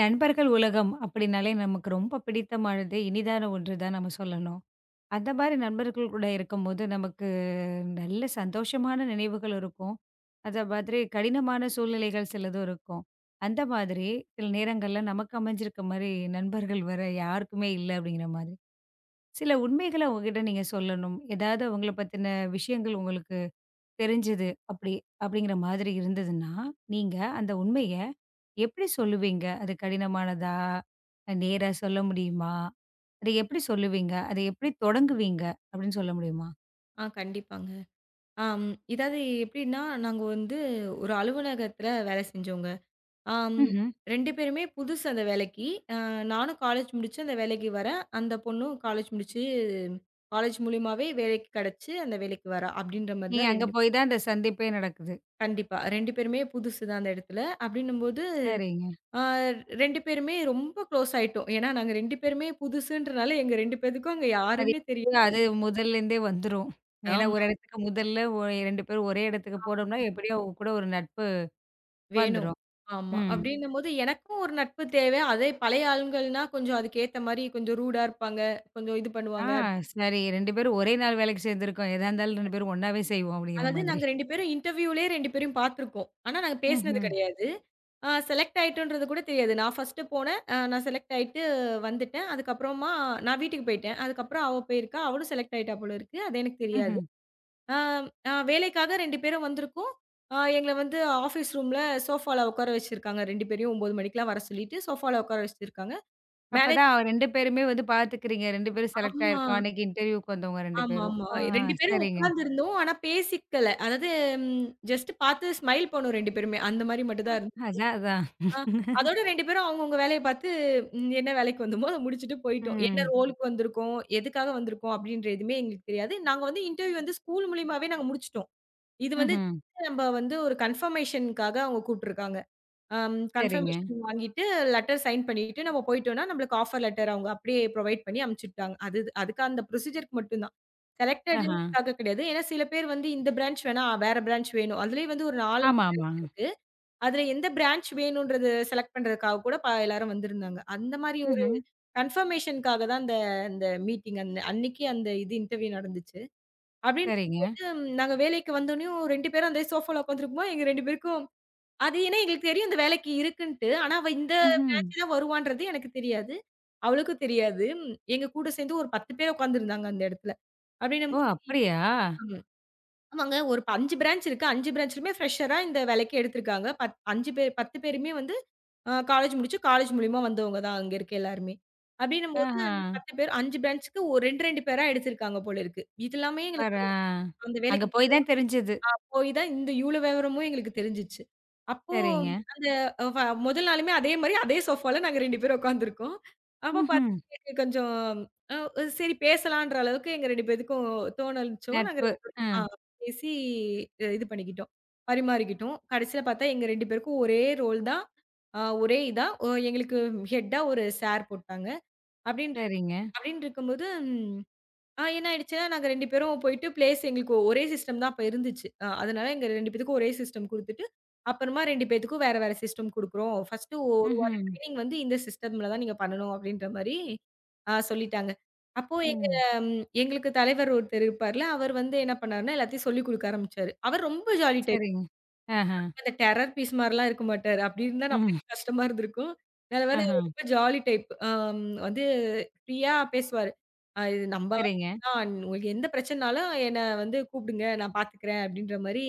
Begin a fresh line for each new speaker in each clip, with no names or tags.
நண்பர்கள் உலகம் அப்படின்னாலே நமக்கு ரொம்ப பிடித்தமானது, இனிதான ஒன்று தான் நம்ம சொல்லணும். அந்த மாரி நண்பர்கள் கூட இருக்கும்போது, நமக்கு நல்ல சந்தோஷமான நினைவுகள் இருக்கும். அத மாதிரி கடினமான சூழ்நிலைகள் சிலதும் இருக்கும். அந்த மாதிரி சில நேரங்கள்ல நமக்கு அமைஞ்சிருக்க மாரி நண்பர்கள் வேற யாருக்குமே இல்ல அப்படிங்கிற மாதிரி. சில உண்மைகள அவங்ககிட்ட நீங்க சொல்லணும். ஏதாவது அவங்கள பத்தின விஷயங்கள் உங்களுக்கு தெரிஞ்சது அப்படி, அப்படிங்கிற மாதிரி இருந்ததுன்னா, நீங்க அந்த உண்மைய எப்படி சொல்லுவீங்க? அது கடினமானதா? நேரா சொல்ல முடியுமா? அத எப்படி சொல்லுவீங்க? அத எப்படி தொடங்குவீங்க? அப்படின்னு சொல்ல முடியுமா?
கண்டிப்பாங்க. ஆம், இதாவது எப்படின்னா, நாங்க வந்து ஒரு அலுவலகத்தில வேலை செஞ்சோங்க. ஆம்,
ம்ஹ்ம்.
2 பேருமே புதுசு அந்த வேலைக்கு. அ நானும் காலேஜ் முடிச்சு அந்த வேலைக்கு வரேன். அந்த பொண்ணும் காலேஜ் முடிச்சு காலேஜ் மூலியமாவே வேலைக்கு கிடைச்சு, அந்த வேலைக்கு வரா. அப்படின்ற மாரி
நீங்க
தான்
அங்க
2
போய் தான் அந்த சந்திப்பே நடக்குது.
கண்டிப்பா. 2 பேருமே புதுசு தான் அந்த இடத்துல. அப்படின்னும்போது
சரிங்க.
அ 2 பேருமே ரொம்ப க்ளோஸ் ஆயிட்டோம். ஏன்னா, நாங்க 2 பேருமே புதுசுன்றனால எங்க 2 பேத்துக்கும் அங்க
அது
யாருமே தெரியாது.
அது முதல்லேருந்தே வந்துரும். ஏன்னா ஒரு
ஆமா.
இடத்துக்கு முதல்ல 2 பேரும் ஒரே இடத்துக்கு போனோம்னா, எப்படியோ அவங்க கூட ஒரு நட்பு
வேணும்.
வந்துரும்.
ஆமா.
ம்.
அப்டின்னும்போது எனக்கும் ஒரு நட்பு தேவை. அதே பழைய ஆளுங்கள்னா கொஞ்சம் அதுக்கேத்த மாரி கொஞ்சம் ரூடா இருப்பாங்க. கொஞ்சம் இது
ஆ,
பண்ணுவாங்க.
சரி, 2 பேரும் ஒரே நாள் வேலைக்கு சேர்ந்திருக்கோம். எதா இருந்தாலும் 2 பேரும் ஒண்ணாவே செய்வோம் அப்படிங்கிற
அதாவது
மாதிரி.
நாங்க 2 பேரும் இன்டர்வியூலயே 2 பேரையும் பார்த்துருக்கோம். ஆனா நாங்க பேசினது
ம்ஹ்ம்.
கிடையாது. செலக்ட் ஆயிட்டோன்றது கூட தெரியாது. நான் ஃபர்ஸ்ட்டு போனேன். நான் செலக்ட் ஆயிட்டு வந்துட்டேன். அதுக்கப்புறமா நான் வீட்டுக்கு போயிட்டேன். அதுக்கப்புறம் அவ போயிருக்கா. அவளும் செலக்ட் ஆயிட்டா போல இருக்கு. அது எனக்கு தெரியாது.
ம்ஹ்ம்.
ஆ, அ வேலைக்காக 2 பேரும் வந்திருக்கோம். எங்கள வந்து ஆஃபீஸ் ரூம்ல சோஃபால உட்கார வச்சிருக்காங்க. 2 பேரையும் 9 மணிக்கெல்லாம் வர சொல்லிட்டு சோஃபால உட்கார வச்சிருக்காங்க. மேனேஜ்
அப்பதான் 2 பேருமே வந்து பாத்துக்கிறீங்க. 2 பேரும் செலக்ட்
ஆமா.
ஆயிருக்கோம். அன்னைக்கு இன்டர்வியூக்கு வந்தவங்க 2 பேரும்.
ஆமாமா.
ஓ! ஆ,
2 பேரும்
சரிங்க.
உட்கார்ந்திருந்தோம். ஆனா பேசிக்கல. அதாவது ஜஸ்ட் பார்த்து ஸ்மைல் பண்ணோம் 2 பேருமே. அந்த மாரி மட்டும் தான் இருந்தோம்.
அதான், அதான்.
ஆ அதோட 2 பேரும் அவங்கவங்க வேலைய பார்த்து என்ன வேலைக்கு வந்தோமோ அத முடிச்சுட்டு போயிட்டோம். என்ன
ம்.
ரோலுக்கு வந்திருக்கோம், எதுக்காக வந்திருக்கோம் அப்படின்ற எதுவுமே எங்களுக்கு தெரியாது. நாங்க வந்து இன்டர்வியூ வந்து ஸ்கூல் மூலியமாவே நாங்க முடிச்சுட்டோம். இது வந்து
ம்ஹ்ம்.
just நம்ம வந்து ஒரு கன்ஃபர்மேஷன்க்காக அவங்க கூப்ட்டுருக்காங்க.
சரிங்க.
கன்ஃபர்மேஷன் வாங்கிட்டு, லெட்டர் சைன் பண்ணிட்டு நம்ம போயிட்டோம்னா, நம்மளுக்கு ஆஃபர் லெட்டர் அவங்க அப்படியே ப்ரொவைட் பண்ணி அனுப்பிச்சுட்டாங்க. அது அதுக்கு அந்த ப்ரொசீஜர்க்கு மட்டும் தான்.
ஆஹா.
செலக்டடுக்காக கிடையாது. ஏன்னா சில பேர் வந்து இந்த பிரான்ச் வேணா, வேற பிரான்ச் வேணும். அதுலயும் வந்து ஒரு 4, 5
ஆமா, ஆமா.
பிரான்ச் இருக்கு. அதுல எந்த பிரான்ச் வேணும்ன்றது செலக்ட் பண்றதுக்காக கூட எல்லாரும் வந்திருந்தாங்க. அந்த மாரி ஒரு
ம்ஹ்ம்.
கன்ஃபர்மேஷனுக்காக தான் அந்த அந்த மீட்டிங் அந்த அன்னைக்கு அந்த இது இன்டர்வியூ நடந்துச்சு.
சரிங்க.
அப்படின்னும்போது நாங்க வேலைக்கு வந்தோனயும் 2 பேரும் அந்த சோஃபால உட்காந்துருக்கும்போது, எங்க 2 பேருக்கும் அது ஏன்னா எங்களுக்கு தெரியும் இந்த வேலைக்கு இருக்குன்ட்டு. ஆனா, அவ இந்த
ம்ஹ்ம்.
பேட்ச் தான் வருவான்றது எனக்கு தெரியாது. அவளுக்கும் தெரியாது. எங்க கூட சேர்ந்து ஒரு 10 பேர் உட்கார்ந்துருந்தாங்க அந்த இடத்துல.
ஓ!
அப்படின்னும்போது
அப்படியா?
ஆமாங்க ஒரு 5 பிரான்ச் இருக்கு. 5 பிரான்ச்லயுமே ஃப்ரெஷரா இந்த வேலைக்கு எடுத்திருக்காங்க. 5 பேர் 10 பேருமே வந்து காலேஜ் முடிச்சு காலேஜ் மூலியமா வந்தவங்க தான் அங்க இருக்க எல்லாருமே. அப்படின்னும்போது
ஆஹா.
அந்த 10 பேர் 5 பிரான்ச்சுக்கு ஒரு 2, 2 பேரா எடுத்திருக்காங்க போல இருக்கு. இது எல்லாமே எங்களுக்கு
பாரேன்.
அந்த
ஆ.
அந்த
அங்க
வேலைக்கு
போய் தான் தெரிஞ்சது.
போய் தான் இந்த இவ்ளோ விவரமும் எங்களுக்கு தெரிஞ்சுச்சு. அப்போ
சரிங்க.
அந்த அ வ முதல் நாளுமே அதே மாரி அதே சோஃபால நாங்க 2 பேரும் உட்காந்துருக்கோம். அப்ப
ம்ஹ்ம்.
பாத்தீங்கன்னா கொஞ்சம் அ சரி பேசலான்ற அளவுக்கு எங்க 2 பேத்துக்கும் தோணுச்சோ, நாங்க
நட்பு.
2 பேரும்
ஆ.
பேசி இது பண்ணிக்கிட்டோம். பரிமாறிக்கிட்டோம். கடைசியில பார்த்தா எங்க 2 பேருக்கும் ஒரே ரோல் தான். ஒரே இதா எங்களுக்கு ஹெட்டா ஒரு சார் போட்டாங்க. அப்டின்னு
சரிங்க.
அப்டின்னு இருக்கும்போது என்ன ஆயிடுச்சுன்னா, நாங்க 2 பேரும் போயிட்டு பிளேஸ் எங்களுக்கு ஒரே சிஸ்டம் தான் அப்ப இருந்துச்சு. அதனால எங்க 2 பேத்துக்கும் ஒரே சிஸ்டம் குடுத்துட்டு, அப்புறமா 2 பேத்துக்கும் வேற, வேற சிஸ்டம் குடுக்குறோம். ஃபர்ஸ்ட்டு ஒரு வார
ம்ஹ்ம்.
ட்ரெய்னிங் வந்து இந்த சிஸ்டம்ல தான் நீங்க பண்ணணும் அப்படின்ற மாரி சொல்லிட்டாங்க. அப்போ எங்க
ம்.
எங்களுக்கு தலைவர் ஒருத்தர் இருப்பார்ல, அவர் வந்து என்ன பண்ணாருன்னா எல்லாத்தையும் சொல்லிக் குடுக்க ஆரம்பிச்சாரு. அவர் ரொம்ப ஜாலி டைப்.
சரிங்க. ஆஹா.
அந்த டெரர் பீஸ் மாரிலாம் இருக்க மாட்டாரு. அப்படி இருந்தா
ம்.
நம்மளுக்கே கஷ்டமா இருந்திருக்கும். நல்ல வேளை
ஆஹா.
அவர் ரொம்ப ஜாலி டைப். வந்து ஃப்ரீயா பேசுவாரு. இது நம்ப
சரிங்க.
ஆபீஸ் தான். உங்களுக்கு எந்த பிரச்சனனாலும் என்ன வந்து கூப்பிடுங்க. நான் பார்த்துக்கிறேன் அப்படின்ற மாரி,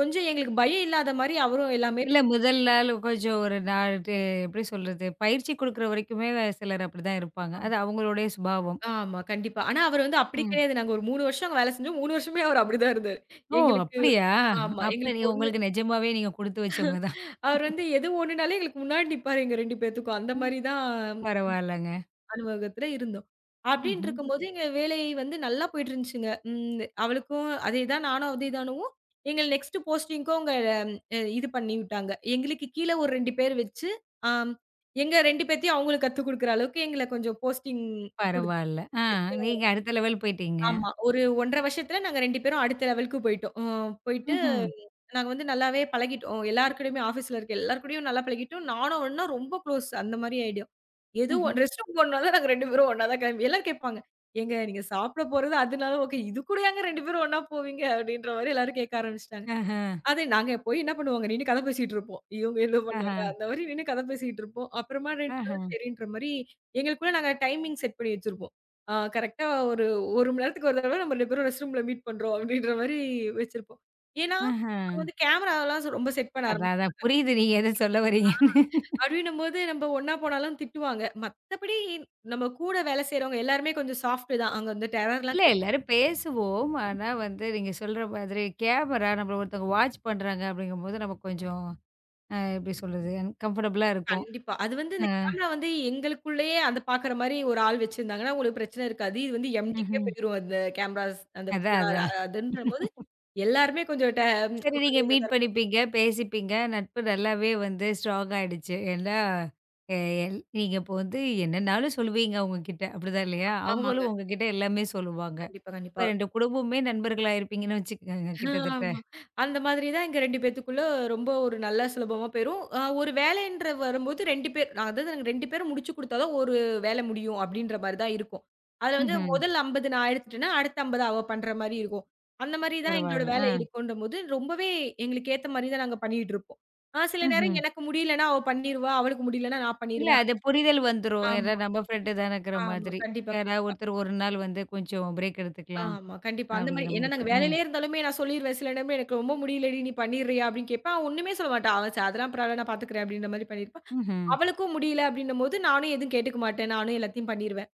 கொஞ்சம் எங்களுக்கு பயம் இல்லாத மாரி அவரும் எல்லாமே
இல்ல முதல் நாள் கொஞ்சம் ஒரு நாள் இது எப்படி சொல்றது? பயிற்சி குடுக்குற வரைக்குமே சிலர் அப்படிதான் இருப்பாங்க. அது
பண்ணாரு.
அவங்களுடைய சுபாவம்.
ஆமா, கண்டிப்பா. ஆனா அவர் வந்து அப்படி
ம்.
கிடையாது. நாங்க ஒரு 3 வருஷம் அங்க வேலை செஞ்சோம். 3 வருஷமே அவர் அப்படிதான் இருந்தாரு.
ஓ!
எங்களுக்கு
அப்படியா?
ஆமா.
அப்ப நீ
எங்களுக்கு ஒண்ணு
உங்களுக்கு நிஜமாவே நீங்க குடுத்து வச்சவங்க தான்.
அவர் வந்து எது ஒண்ணுனாலும் எங்களுக்கு முன்னாடி நிப்பாரு எங்க 2 பேத்துக்கும். அந்த
ம்.
மாரி தான்
பரவால்லங்க.
அலுவலகத்துல இருந்தோம். அப்டின்னு
ம்ஹ்ம்.
இருக்கும்போது எங்க வேலை வந்து நல்லா போயிட்டு இருந்துச்சுங்க. அவளுக்கும் அதேதான் நானும் அதேதானுவும் எங்கள நெக்ஸ்ட் போஸ்டிங்க்கும் அவங்க இது பண்ணி விட்டாங்க. எங்களுக்கு கீழ ஒரு 2 பேர் வச்சு, ஆம், எங்க 2 பேத்தையும் அவங்களுக்கு கத்துக் குடுக்குற அளவுக்கு எங்கள கொஞ்சம் போஸ்டிங் குடுத்து
பரவால்ல. ஆ, நீங்க அடுத்த லெவல் போயிட்டீங்க.
ஆமா. ஒரு 1 1/2 வருஷத்துல நாங்க 2 பேரும் அடுத்த லெவலுக்கு போயிட்டோம். போயிட்டு
ம்ஹ்ம்.
நாங்க வந்து நல்லாவே பழகிட்டோம். எல்லார் கூடயுமே ஆஃபீஸ்ல இருக்க எல்லார் கூடயும் நல்லா பழகிட்டோம். நானும் அவனும்னா ரொம்ப க்ளோஸ் அந்த மாரி ஆயிடும். எதுவும்
ம்ஹ்ம்.
ரெஸ்ட் ரூம் போணும்னாலும் நாங்க 2 பேரும் ஒண்ணா தான் கிளம்பி எல்லாரும் கேட்பாங்க. "ஏங்க நீங்க சாப்பிட போறது அதனால ஓகே. இது கூடயாங்க 2 பேரும் ஒண்ணா போவீங்க?" அப்படின்ற மாரி எல்லாரும் கேட்க ஆரம்பிச்சுட்டாங்க.
ஆஹ,
அது நாங்க போய் என்ன பண்ணுவோங்க, நின்னு கதை பேசிட்டு இருப்போம். இவங்க ஏதோ
ஆஹ,
பண்ணாங்க, அந்த மாரி நின்னு கதை பேசிட்டு இருப்போம். அப்புறமா 2
ஆஹ,
பேரும் சரின்ற மாரி, எங்களுக்குள்ள நாங்க டைமிங் செட் பண்ணி வச்சிருப்போம். கரெக்ட்டா ஒரு 1 மணி நேரத்துக்கு ஒரு தடவ நம்ம 2 பேரும் ரெஸ்ட் ரூம்ல மீட் பண்றோம் அப்படின்ற மாரி வச்சிருப்போம். ஏன்னா,
ஆஹ.
அவங்க வந்து கேமராலாம் ரொம்ப செட் பண்ண
அதான்,
ஆரம்பிச்சு
அதான் புரியுது நீங்க எத சொல்ல வரீங்கன்னு.
அப்படின்னும்போது நம்ம ஒண்ணா போனாலும் திட்டுவாங்க. மத்தபடி நம்ம கூட வேலை செய்றவங்க எல்லாருமே கொஞ்சம் சாஃப்ட் தான். அங்க வந்து
இல்ல
டெரர்லாம்
எல்லாரும் பேசுவோம். ஆனா வந்து நீங்க சொல்ற மாதிரி கேமரா நம்மள ஒருத்தவங்க வாட்ச் பண்றாங்க அப்படிங்கும்போது நமக்கு கொஞ்சம் எப்படி சொல்றது? கம்ஃபர்டபுளா இருக்கும்.
கண்டிப்பா. அது வந்து இந்த கேமரா வந்து எங்களுக்குள்ளேயே அந்த பாக்குற மாரி ஒரு ஆள் வச்சிருந்தாங்கன்னா, உங்களுக்கு பிரச்சனை இருக்காது. இது வந்து எம்டிக்கே
ம்ஹ்ம்.
போயிரும் அந்த கேமராஸ் அந்த
அதான்,
ஃபுல்லா
அதான்.
அதுன்றபோது எல்லாருமே கொஞ்சம் ம்,
சரி, நீங்க
கொஞ்சம்
மீட்
இதா இருப்போம்.
பண்ணிப்பீங்க, பேசிப்பீங்க. நட்பு நல்லாவே வந்து ஸ்ட்ராங் ஆயிடுச்சு. ஏன்னா, எ எல் நீங்க இப்போ வந்து என்னன்னாலும் சொல்லுவீங்க அவங்ககிட்ட. அப்படிதான் இல்லையா?
ஆமாங்க.
அவங்களும் உங்ககிட்ட எல்லாமே சொல்லுவாங்க.
கண்டிப்பா, கண்டிப்பா.
இப்ப 2 குடும்பமுமே நண்பர்களா இருப்பீங்கன்னு வச்சுக்கோங்க கிட்டத்தட்ட.
ஆமா. அந்த மாதிரி தான் எங்க 2 பேத்துக்குள்ள ரொம்ப ஒரு நல்ல சுலபமா போயிரும். ஒரு வேலைன்ற வரும்போது 2 பேர் அதாவது நாங்க 2 பேரும் முடிச்சு குடுத்தா தான் ஒரு வேலை முடியும் அப்படின்ற மாரி தான் இருக்கும். அதுல வந்து
ம்ஹ்ம்.
முதல் 50 நான் எடுத்துட்டேன்னா, அடுத்த 50 அவ பண்ற மாரி இருக்கும். அந்த மாரி தான் எங்களோட
பரவால்ல.
வேலை
ஆ.
இருக்குன்றபோது, ரொம்பவே எங்களுக்கு ஏத்த மாரி தான் நாங்க பண்ணிட்டு இருப்போம். சில
ம்ஹ்ம்.
நேரம் எனக்கு முடியலன்னா அவ பண்ணிருவா, அவளுக்கு முடியலன்னா நான்
இல்ல
பண்ணிருவேன்.
அது புரிதல் வந்துரும். ஏன்னா
ஆமா,
நம்ம ஃப்ரெண்டு தானேங்கிற
ஆமா.
மாதிரி.
கண்டிப்பா,
யாராவது
கண்டிப்பா.
ஒருத்தர் ஒரு நாள் வந்து கொஞ்சம் பிரேக் எடுத்துக்கலாம்.
ஆமா. கண்டிப்பா. அந்த மாரி
அப்படிங்கிற
ஏன்னா
மாரி கூட.
நாங்க
ம்.
வேலையிலே இருந்தாலுமே நான் சொல்லிருவேன். சில நேரம் எனக்கு ரொம்ப முடியலடி நீ பண்ணிர்றியா? அப்படின்னு கேட்பேன். அவ ஒண்ணுமே சொல்ல மாட்டா. அவ ச அதெல்லாம் பரவால்ல நான் பார்த்துக்கிறேன் அப்படின்ற மாரி பண்ணியிருப்பா.
ம்ஹ்ம்.
அவளுக்கும் முடியல அப்படின்னும்போது நானும் எதுவும் கேட்டுக்க மாட்டேன். நானும் எல்லாத்தையும் பண்ணிருவேன்.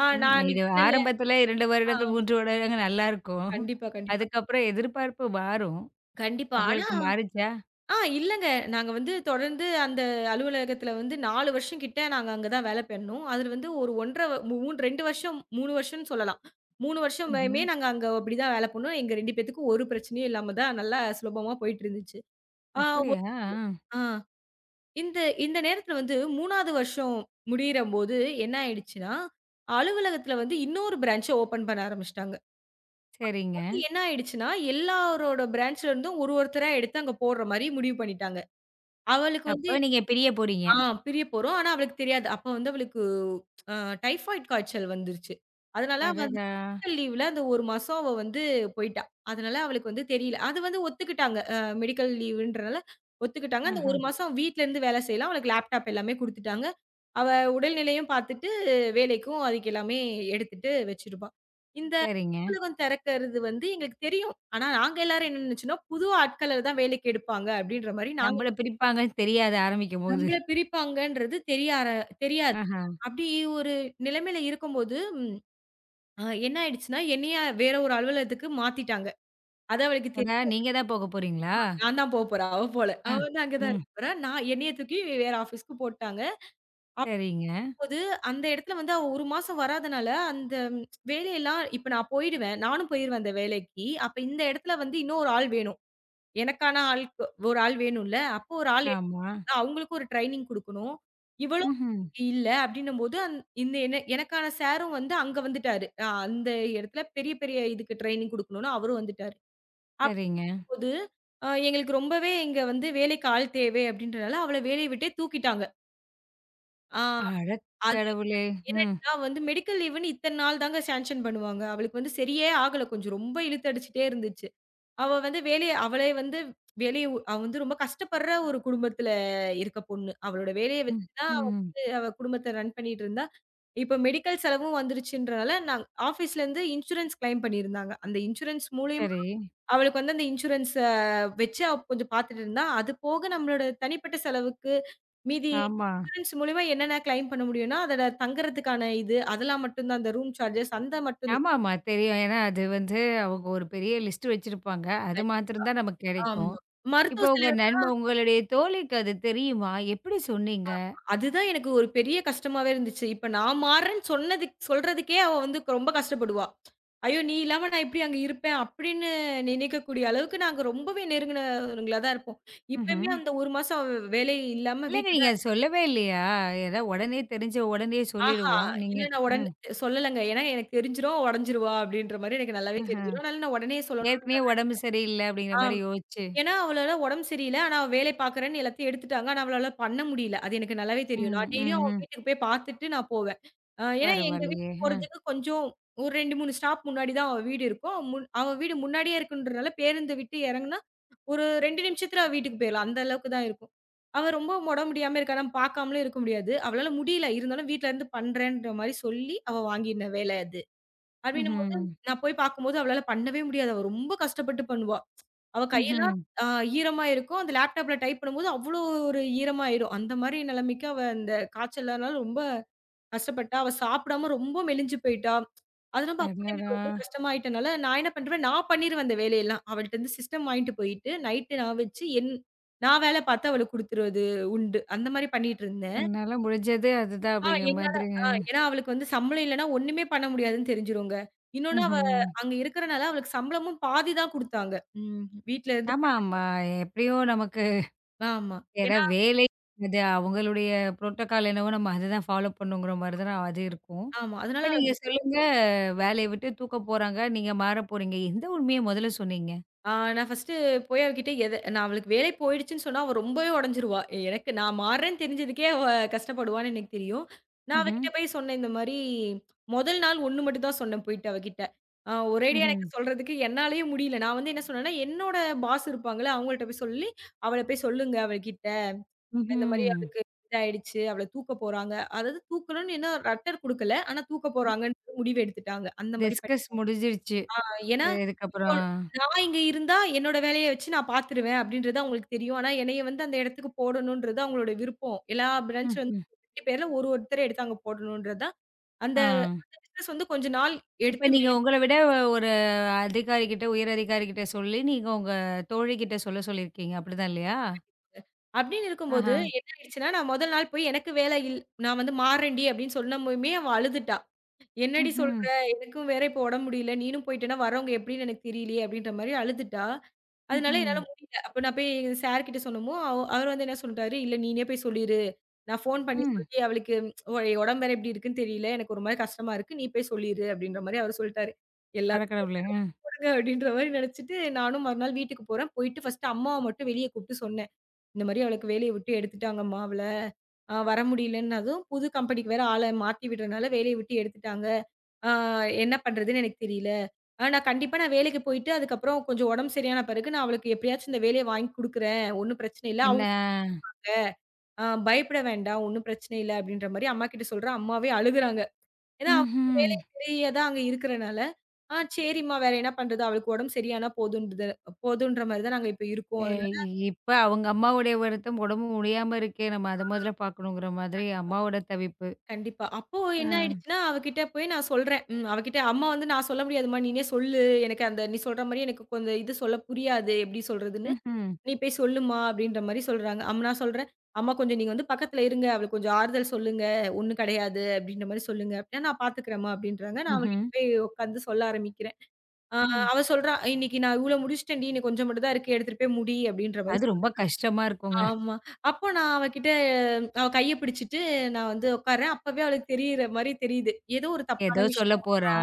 ம்.
நான்
இது
இன்னைக்கு பண்ணல.
ஆரம்பத்துல 2 வருடங்கள்,
ஆமா.
3 வருடங்கள் நல்லாருக்கும்.
கண்டிப்பா, கண்டிப்பா.
அதுக்கப்புறம் எதிர்பார்ப்பு மாறும்.
கண்டிப்பா. ஆனா
உங்களுக்கு மாறுச்சா?
இல்லங்க. நாங்க வந்து தொடர்ந்து அந்த அலுவலகத்துல வந்து 4 வருஷம் கிட்ட நாங்க அங்க தான் வேலை பண்ணோம். அதுல வந்து ஒரு 1 1/2 மூணு 2 வருஷம் 3 வருஷம்னு சொல்லலாம். 3
ம்ஹ்ம்.
வருஷமுமே நாங்க அங்க அப்படிதான் வேலை பண்ணோம். எங்க 2 பேத்துக்கும் ஒரு பிரச்சனையும் இல்லாம தான் நல்லா சுலபமா போயிட்டு இருந்துச்சு. ஆ ஒ
அப்படியா? ஆ.
ஆ. இந்த இந்த நேரத்துல வந்து 3வது வருஷம் முடியிறம்போது என்ன ஆயிடுச்சுன்னா, அலுவலகத்துல வந்து இன்னொரு பிரான்ச்ச ஓப்பன் பண்ண ஆரம்பிச்சுட்டாங்க.
சரிங்க.
அது என்ன ஆயிடுச்சுன்னா, எல்லாரோட பிரான்ச்ல இருந்தும் ஒரு ஒருத்தரா எடுத்து அங்க போடுற மாரி முடிவு பண்ணிட்டாங்க. அவளுக்கு வந்து
அப்ப நீங்க பிரிய போறீங்க.
ஆ பிரியப் போறோம். ஆனா அவளுக்கு தெரியாது. அப்ப வந்து அவளுக்கு அ டைபாய்டு காய்ச்சல் வந்துருச்சு. அதனால அவ அந்த
அடடா!
மெடிக்கல் லீவ்ல அந்த 1 மாசம் அவ வந்து போயிட்டா. அதனால அவளுக்கு வந்து தெரியல. அது வந்து ஒத்துக்கிட்டாங்க. மெடிக்கல் லீவுன்றனால ஒத்துக்கிட்டாங்க. அந்த
ஆஹா.
1 மாசம் வீட்லருந்து வேலை செய்யலாம். அவளுக்கு லேப்டாப் எல்லாமே குடுத்துட்டாங்க. அவ உடல்நிலையும் பார்த்துட்டு, வேலைக்கும் அதுக்கு எல்லாமே எடுத்துட்டு வச்சிருப்பா. இந்த
சரிங்க.
அலுவலகம் திறக்கறது வந்து எங்களுக்கு தெரியும். ஆனா நாங்க எல்லாரும் என்ன நினைச்சோம்னா, புது ஆட்கள தான் வேலைக்கு எடுப்பாங்க அப்படின்ற மாரி நாங்க
நம்மள பிரிப்பாங்கன்னு தெரியாது ஆரம்பிக்கும்போது.
நம்மள பிரிப்பாங்கன்றது தெரியாது.
ஆஹா.
அப்படி ஒரு நிலைமையில இருக்கும்போது, என்ன ஆயிடுச்சுன்னா, என்னைய வேற ஒரு அலுவலகத்துக்கு மாத்திட்டாங்க. அது அவளுக்கு
அடா!
தெரியும்.
நீங்க தான் போக போறீங்களா?
நான் தான் போ போறா, அவ போல.
ஆ.
அவ வந்து அங்க தான்
ம்.
இருக்க போறா. நான் என்னைய தூக்கி வேற ஆஃபீஸ்க்கு போட்டாங்க.
சரிங்க.
அப்பம்போது அந்த இடத்துல வந்து அவ 1 மாசம் வராதனால, அந்த வேலையெல்லாம் இப்ப நான் போயிடுவேன். நானும் போயிருவேன் அந்த வேலைக்கு. அப்ப இந்த இடத்துல வந்து இன்னும் ஒரு ஆள் வேணும். எனக்கான ஆள் ஒரு ஆள் வேணும்ல. அப்போ ஒரு ஆள்
ஆமா.
அவங்களுக்கும் ஒரு ட்ரெய்னிங் குடுக்கணும். இவளும்
ம்ஹ்ம்.
இல்ல அப்டின்னும்போது, இந்த எனக்கான சாரும் வந்து அங்க வந்துட்டாரு. அந்த இடத்துல பெரிய பெரிய இதுக்கு ட்ரெய்னிங் குடுக்கணும்னு அவரும் வந்துட்டாரு.
சரிங்க.
அப்போது எங்களுக்கு ரொம்பவே இங்க வந்து வேலைக்கு ஆள் தேவை அப்டின்றனால அவள வேலைய விட்டே தூக்கிட்டாங்க. ஆ அது
அடக்கடவுளே! ம்.
ஏன்னாச்சுன்னா வந்து மெடிக்கல் லீவுன்னு இத்தன நாள் தாங்க சேங்ஷன் பண்ணுவாங்க. அவளுக்கு வந்து சரியே ஆகல. கொஞ்சம் ரொம்ப இழுத்தடிச்சுட்டே இருந்துச்சு. அவ வந்து வேலைய அவளே வந்து வெளிய ஊ அவ வந்து ரொம்ப கஷ்டப்படுற ஒரு குடும்பத்துல இருக்க பொண்ணு. அவளோட வேலைய
ம்.
வச்சு தான் அவ
ம்.
வந்து அவ குடும்பத்த ரன் பண்ணிட்டு இருந்தா. இப்ப மெடிக்கல் செலவும் வந்துருச்சுன்றனால, ஆஃபீஸ்லேருந்து இன்சூரன்ஸ் கிளைம் பண்ணியிருந்தாங்க. அந்த இன்சூரன்ஸ் மூலியமா
சரி.
அவளுக்கு வந்து அந்த இன்சூரன்ஸ வச்சு அவ கொஞ்சம் பார்த்துட்டு இருந்தா. அது போக நம்மளோட தனிப்பட்ட செலவுக்கு மீதி
ஆமா.
இன்சூரன்ஸ் மூலியமா என்னென்ன கிளைம் பண்ண முடியும்னா, அதோட தங்குறதுக்கான இது, அதெல்லாம் மட்டும் தான். அந்த ரூம் சார்ஜஸ் அந்த மட்டும் தான்.
ஆமாமா, தெரியும். ஏன்னா அது வந்து அவங்க ஒரு பெரிய லிஸ்ட் வச்சிருப்பாங்க. அது மாத்திரம் தான் நமக்கு கிடைக்கும்.
ஆமா.
இப்போ
மருத்துவ
உங்க
செலவு
உங்களுடைய தோழிக்கு அது தெரியுமா? எப்படி சொன்னீங்க?
அதுதான் எனக்கு ஒரு பெரிய கஷ்டமாவே இருந்துச்சு. இப்ப நான் மாறுறேன்னு சொல்றதுக்கே அவ வந்து ரொம்ப கஷ்டப்படுவா. ஐயோ! நீ இல்லாம நான் எப்படி அங்க இருப்பேன்? அப்படின்னு நினைக்கக்கூடிய அளவுக்கு நாங்க ரொம்பவே நெருங்குனவங்களா தான் இருப்போம். இப்பயுமே
ம்ஹ்ம்.
அந்த 1 மாசம் அவ வேலை இல்லாம
இல்லங்க
வீட்ல
நீங்க
தான்
அத சொல்லவே இல்லையா? ஏன்னா உடனே தெரிஞ்ச உடனே
ஆஹா!
சொல்லிடுவோம். நீங்க
இல்ல நான் உடனே
ம்.
சொல்லலங்க. ஏன்னா எனக்கு தெரிஞ்சிரும், உடைஞ்சிருவா அப்படின்ற மாரி எனக்கு நல்லாவே
ஆஹ.
தெரிஞ்சிரும். அதனால நான் உடனே சொல்லணும்.
ஏற்கனவே உடம்பு சரியில்ல அப்படிங்கிற
ஆ.
மாரி யோசிச்சு.
ஏன்னா, அவளால உடம்பு சரியில்ல. ஆனா, அவ வேலை பார்க்குறேன்னு எல்லாத்தையும் எடுத்துட்டாங்க. ஆனா, அவளால பண்ண முடியல. அது எனக்கு நல்லாவே
ம்,
தெரியும். நான் டெய்லியும் அவ
ம்ஹ்ம்.
வீட்டுக்கு போய் பார்த்துட்டு நான் போவேன். ஏன்னா, எங்க
பரவாயில்லையே!
வீட்டுக்கு
அ.
போறதுக்கு கொஞ்சம் ஒரு 2, 3 ஸ்டாப் முன்னாடி தான் அவ வீடு இருக்கும். அவ வீடு முன்னாடியே இருக்குன்றனால, பேருந்த விட்டு இறங்குனா, ஒரு 2 நிமிஷத்துல அவ வீட்டுக்கு போயிரலாம். அந்த அளவுக்கு தான் இருக்கும். அவ ரொம்ப உடம்பு முடியாம இருக்கா. நம்ம பார்க்காமலும் இருக்க முடியாது. அவளால முடியல. இருந்தாலும் வீட்ல இருந்து பண்றேன்ற மாரி சொல்லி, அவ வாங்கின வேலை அது. அப்படின்னும்போது,
ம்ஹ்ம்.
நான் போய் பார்க்கும்போது அவளால பண்ணவே முடியாது. அவ ரொம்ப கஷ்டப்பட்டு பண்ணுவா. அவ கையெல்லாம்
ம்ஹ்ம்.
அ ஈரமா இருக்கும். அந்த லேப்டாப்ல டைப் பண்ணும்போது அவ்ளோ ஒரு ஈரமாயிரும். அந்த மாரி நிலைமைக்கு அவ அந்த காய்ச்சல்னால ரொம்ப கஷ்டப்பட்டா. அவ சாப்பிடாம ரொம்ப மெலிஞ்சு போயிட்டா. அதெல்லாம் பார்க்கும்போது
அடடா!
எனக்கு ரொம்ப கஷ்டமாயிட்டனால, நான் என்ன பண்றேன், நான் பண்ணிருவேன் அந்த வேலையெல்லாம். அவள்ட்டருந்து சிஸ்டம் வாங்கிட்டு போயிட்டு, நைட்டு நான் வச்சு நான் வேலை பார்த்து அவளுக்கு குடுத்துறது உண்டு. அந்த மாரி பண்ணிட்டுருந்தேன்.
என்னால முடிஞ்சது அதுதான்
ஆ
அப்படிங்கிற
என்னால
மாதிரிங்க.
ஆ ஏன்னா அவளுக்கு வந்து சம்பளம் இல்லன்னா ஒண்ணுமே பண்ண முடியாதுன்னு தெரிஞ்சிருங்க. இன்னொன்னு அவ
ம்ஹ்ம்.
அங்க இருக்கிறனால அவளுக்கு சம்பளமும் பாதி தான் குடுத்தாங்க. ம் வீட்ல இருந்து
ஆமா, ஆமா. எப்படியும் நமக்கு,
ஆமா,
ஏன்னா வேலை அது அவங்களுடைய புரோட்டோகால் என்னவோ, நம்ம அத தான் ஃபாலோ பண்ணுங்கிற மாரி தான அது இருக்கும்.
ஆமா.
இப்ப
அதனால
நீங்க சொல்லுங்க, வேலைய விட்டு தூக்க போறாங்க. நீங்க மாற போறீங்க. எந்த உண்மைய முதல்ல சொன்னீங்க?
நான் ஃபர்ஸ்ட்டு போய் அவகிட்ட நான் அவளுக்கு வேலை போயிடுச்சுன்னு சொன்னா, அவ ரொம்பவே உடைஞ்சிருவா. எனக்கு நான் மாறுறேன்னு தெரிஞ்சதுக்கே அவ கஷ்டப்படுவான்னு எனக்கு தெரியும். நான்
ம்ஹ்ம்.
அவகிட்ட போய் சொன்னேன் இந்த மாரி, முதல் நாள் ஒண்ணு மட்டும் தான் சொன்னேன் போயிட்டு அவகிட்ட. ஒரேடியா
ம்ஹ்ம்.
எனக்கு சொல்றதுக்கு என்னாலயே முடியல. நான் வந்து என்ன சொன்னேன்னா, என்னோட பாஸ் இருப்பாங்கல்ல, அவங்கள்ட்ட போய் சொல்லி, அவள போய் சொல்லுங்க அவகிட்ட. இந்த மாரி
ம்ஹ்ம்.
அவளுக்கு இதாயிடுச்சு. அவள தூக்க போறாங்க. அதாவது தூக்கணும்னு இன்னும் லெட்டர் குடுக்கல. ஆனா தூக்க போறாங்கன்னு முடிவு எடுத்துட்டாங்க. அந்த மாரி
டிஸ்கஸ் முடிஞ்சிருச்சு.
ஏன்னா, இப்போ
இதுக்கப்புறம்.
நான் இங்க இருந்தா என்னோட வேலைய வச்சு நான் பார்த்துருவேன் அப்படின்றது அவங்களுக்கு தெரியும். ஆனா என்னைய வந்து அந்த இடத்துக்கு போடணும்ன்றது அவங்களோட விருப்பம். எல்லா பிரான்ச் வந்து
ம்ஹ்ம்.
2 பேர்ல ஒரு ஒருத்தர எடுத்து அங்க போடணும்ன்றது தான் அந்த
ஆ.
அந்த பிசினஸ் வந்து கொஞ்ச நாள்
இப்ப நீங்க
எடுத்துமே
உங்கள விட ஒரு அதிகாரி கிட்ட, உயர் அதிகாரி கிட்ட சொல்லி நீங்க உங்க தோழி கிட்ட சொல்ல சொல்லியிருக்கீங்க. அப்படிதான் இல்லையா?
அப்படின்னு இருக்கும்போது
ஆஹா.
என்ன ஆயிடுச்சுன்னா, நான் முதல் நாள் போய் எனக்கு வேலை இல் நான் வந்து மாறேன்டி அப்படின்னு சொன்னமுமே அவ அழுதுட்டா. "என்னடி சொல்ற?
ம்ஹ்ம்.
எனக்கும் வேற இப்போ உடம்பு முடியல. நீனும் போயிட்டேன்னா வரவங்க எப்படின்னு எனக்கு தெரியலையே" அப்படின்ற மாரி அழுதுட்டா. அதனால
ம்ஹ்ம்.
என்னால முடியல. அப்ப நான் போய் சார் கிட்ட சொன்னமோ, அவர் வந்து என்ன சொல்ட்டாரு, "இல்ல நீனே போய் சொல்லிரு. நான் ஃபோன் பண்ணி
ம்.
சொல்லி அவளுக்கு உடம்பு வேற எப்படி இருக்குன்னு தெரியல. எனக்கு ஒரு மாரி கஷ்டமா இருக்கு. நீ போய் சொல்லிரு." அப்படின்ற மாரி அவரு சொல்ட்டாரு. எல்லாம்
அடக்கடவுளே! ம்.
கொடுங்க அப்படின்ற மாரி நெனச்சுட்டு, நானும் மறுநாள் வீட்டுக்கு போறேன். போயிட்டு ஃபர்ஸ்ட்டு அம்மாவ மட்டும் வெளிய கூப்ட்டு சொன்னேன். இந்த மாரி அவளுக்கு வேலைய விட்டு எடுத்துட்டாங்கம்மா அவள. வர முடியலன்னதும், புது கம்பெனிக்கு வேற ஆள மாத்தி விடுறனால வேலைய விட்டு எடுத்துட்டாங்க. ஆ என்ன பண்றதுன்னு எனக்கு தெரியல. நான் கண்டிப்பா நான் வேலைக்கு போயிட்டு அதுக்கப்புறம் கொஞ்சம் உடம்பு சரியான பிறகு நான் அவளுக்கு எப்படியாச்சும் இந்த வேலைய வாங்கி குடுக்குறேன். ஒண்ணும் பிரச்சனை இல்ல. அவங்க
என்ன?
பயப்பட வேண்டாம். ஒண்ணும் பிரச்சனை இல்ல அப்படின்ற மாரி அம்மாகிட்ட சொல்றேன். அம்மாவே அழுகுறாங்க. ஏன்னா அவங்க
ம்ஹ்ம்.
வேலை பெரியதா அங்க இருக்கிறனால, சரிம்மா வேற என்ன பண்றது? அவளுக்கு உடம்பு சரியானா போதுன்றது போதுன்ற மாரி தான் நாங்க இப்ப இருக்கோம்.
அ
அதனால
இப்ப அவங்க அம்மாவுடைய வருத்தம், உடம்பு முடியாம இருக்கே, நம்ம அத முதல்ல பார்க்கணுங்கிற மாதிரி
கண்டிப்பா,
அம்மாவோட தவிப்பு.
கண்டிப்பா. அப்போ
ஆ.
என்ன ஆயிடுச்சுன்னா, அவகிட்ட போய் நான் சொல்றேன். அவகிட்ட அம்மா வந்து நான் சொல்ல முடியாதும்மா, நீனே சொல்லு. எனக்கு அந்த நீ சொல்ற மாரி எனக்கு கொஞ்சம் இது சொல்ல புரியாது. எப்படி சொல்றதுன்னு.
ம்ஹ்ம்.
நீ போய் சொல்லுமா அப்படின்ற மாரி சொல்றாங்க. நான் சொல்றேன், அம்மா கொஞ்சம் நீங்க வந்து பக்கத்துல இருங்க. அவளுக்கு கொஞ்சம் ஆறுதல் சொல்லுங்க. ஒண்ணும் கிடையாது அப்படின்ற மாரி சொல்லுங்க. அப்படின்னா நான் பார்த்துக்கிறேன்மா அப்படின்றாங்க. நான்
ம்ஹ்ம்.
அவகிட்ட போய் உட்காந்து சொல்ல ஆரம்பிக்கிறேன். ஆ
ம்.
அவ சொல்றா, "இன்னைக்கு நான் இவ்வளோ முடிச்சுட்டேன்டி. இன்னும் கொஞ்சம் மட்டும் தான் இருக்கு. எடுத்துட்டு போய் முடி" அப்படின்ற மாரி
அது ரொம்ப கஷ்டமா இருக்குங்க.
ஆமா. அப்போ நான் அவகிட்ட அவ கைய பிடிச்சுட்டு நான் வந்து உட்கார்றேன். அப்பவே அவளுக்கு தெரியிற மாரி தெரியுது. ஏதோ ஒரு தப்பான
ஏதோ சொல்ல
விஷயம்.
போறா?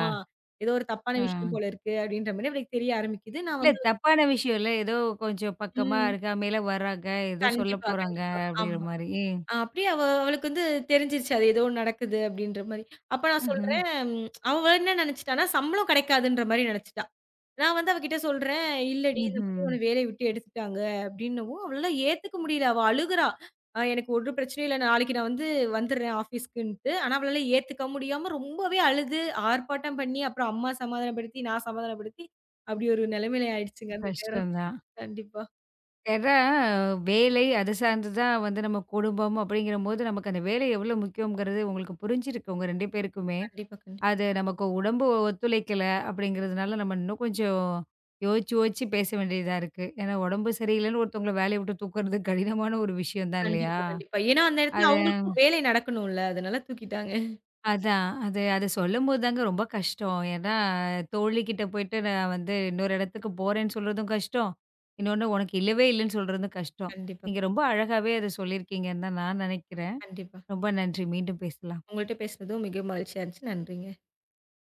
ஏதோ ஒரு தப்பான
ஆ.
விஷயம் போல இருக்கு அப்படின்ற மாரி அவளுக்கு தெரிய ஆரம்பிக்குது. நான்
இல்ல
வந்து
தப்பான விஷயம் இல்ல. ஏதோ கொஞ்சம் பக்கமா
ம்.
அருகாமையில வராங்க. ஏதோ சொல்ல
கண்டிப்பா,
போறாங்க
கண்டிப்பா.
அப்படிங்கிற
ஆமா.
மாரி.
அப்படியே அவ அவளுக்கு வந்து தெரிஞ்சிருச்சு. அது ஏதோ ஒண்ணு நடக்குது அப்படின்ற மாரி. அப்ப நான்
ம்ஹ்ம்.
சொல்றேன், அவ என்ன நெனச்சுட்டான்னா, சம்பளம் கெடைக்காதுன்ற மாரி நெனச்சுட்டா. நான் வந்து அவகிட்ட சொல்றேன், "இல்லடி இந்த மாரி
ம்ஹ்ம்.
உன்ன வேலைய விட்டு எடுத்துட்டாங்க." அப்படின்னவும், அவளால ஏத்துக்க முடியல. அவ அழுகுறா. எனக்கு ஒரு பிரச்சனையும் இல்ல. நாளைக்கு நான் வந்து வந்துடுறேன் ஆஃபீஸ்க்குன்ட்டு." ஆனா, அவளால ஏத்துக்க முடியாம ரொம்பவே அழுது, ஆர்ப்பாட்டம் பண்ணி, அப்புறம் அம்மா சமாதானப்படுத்தி, நான் சமாதானப்படுத்தி, அப்படி ஒரு நிலைமையில ஆயிடுச்சுங்க அந்த நேரம்.
கஷ்டம் தான்.
கண்டிப்பா.
ஏன்னா வேலை அது சார்ந்து தான் வந்து நம்ம குடும்பம் அப்படிங்கிறபோது, நமக்கு அந்த வேலை எவ்வளோ முக்கியம்ங்கிறது உங்களுக்கு புரிஞ்சிருக்கு உங்க 2 பேருக்குமே.
கண்டிப்பா, கண்டிப்பா.
அது நமக்கு உடம்பு ஒத்துழைக்கல அப்படிங்கிறதுனால, நம்ம இன்னும் கொஞ்சம் யோசிச்சு, யோசிச்சு பேச வேண்டியதா இருக்கு. ஏன்னா உடம்பு சரியில்லைன்னு ஒருத்தவங்கள வேலைய விட்டு தூக்குறது கடினமான ஒரு விஷயம் தான் இல்லையா?
கண்டிப்பா, கண்டிப்பா. ஏன்னா அந்த இடத்துல
அது
அவங்களுக்கும் வேலை நடக்கணும்ல. அதனால தூக்கிட்டாங்க.
அதான். அது அத சொல்லும்போது தாங்க ரொம்ப கஷ்டம். ஏன்னா
கண்டிப்பா,
தோழிகிட்ட போயிட்டு நான் வந்து இன்னொரு இடத்துக்கு போறேன்னு சொல்றதும் கஷ்டம். இன்னொன்னு உனக்கு இல்லவே இல்லைன்னு சொல்றதும் கஷ்டம்.
கண்டிப்பா,
நீங்க ரொம்ப அழகாவே அத சொல்லியிருக்கீங்கன்னு தான் நான் நினைக்கிறேன்.
கண்டிப்பா.
ரொம்ப நன்றி. மீண்டும் பேசலாம்.
உங்கள்ட்ட பேசுனதும் மிக மகிழ்ச்சியா இருந்துச்சு. நன்றிங்க.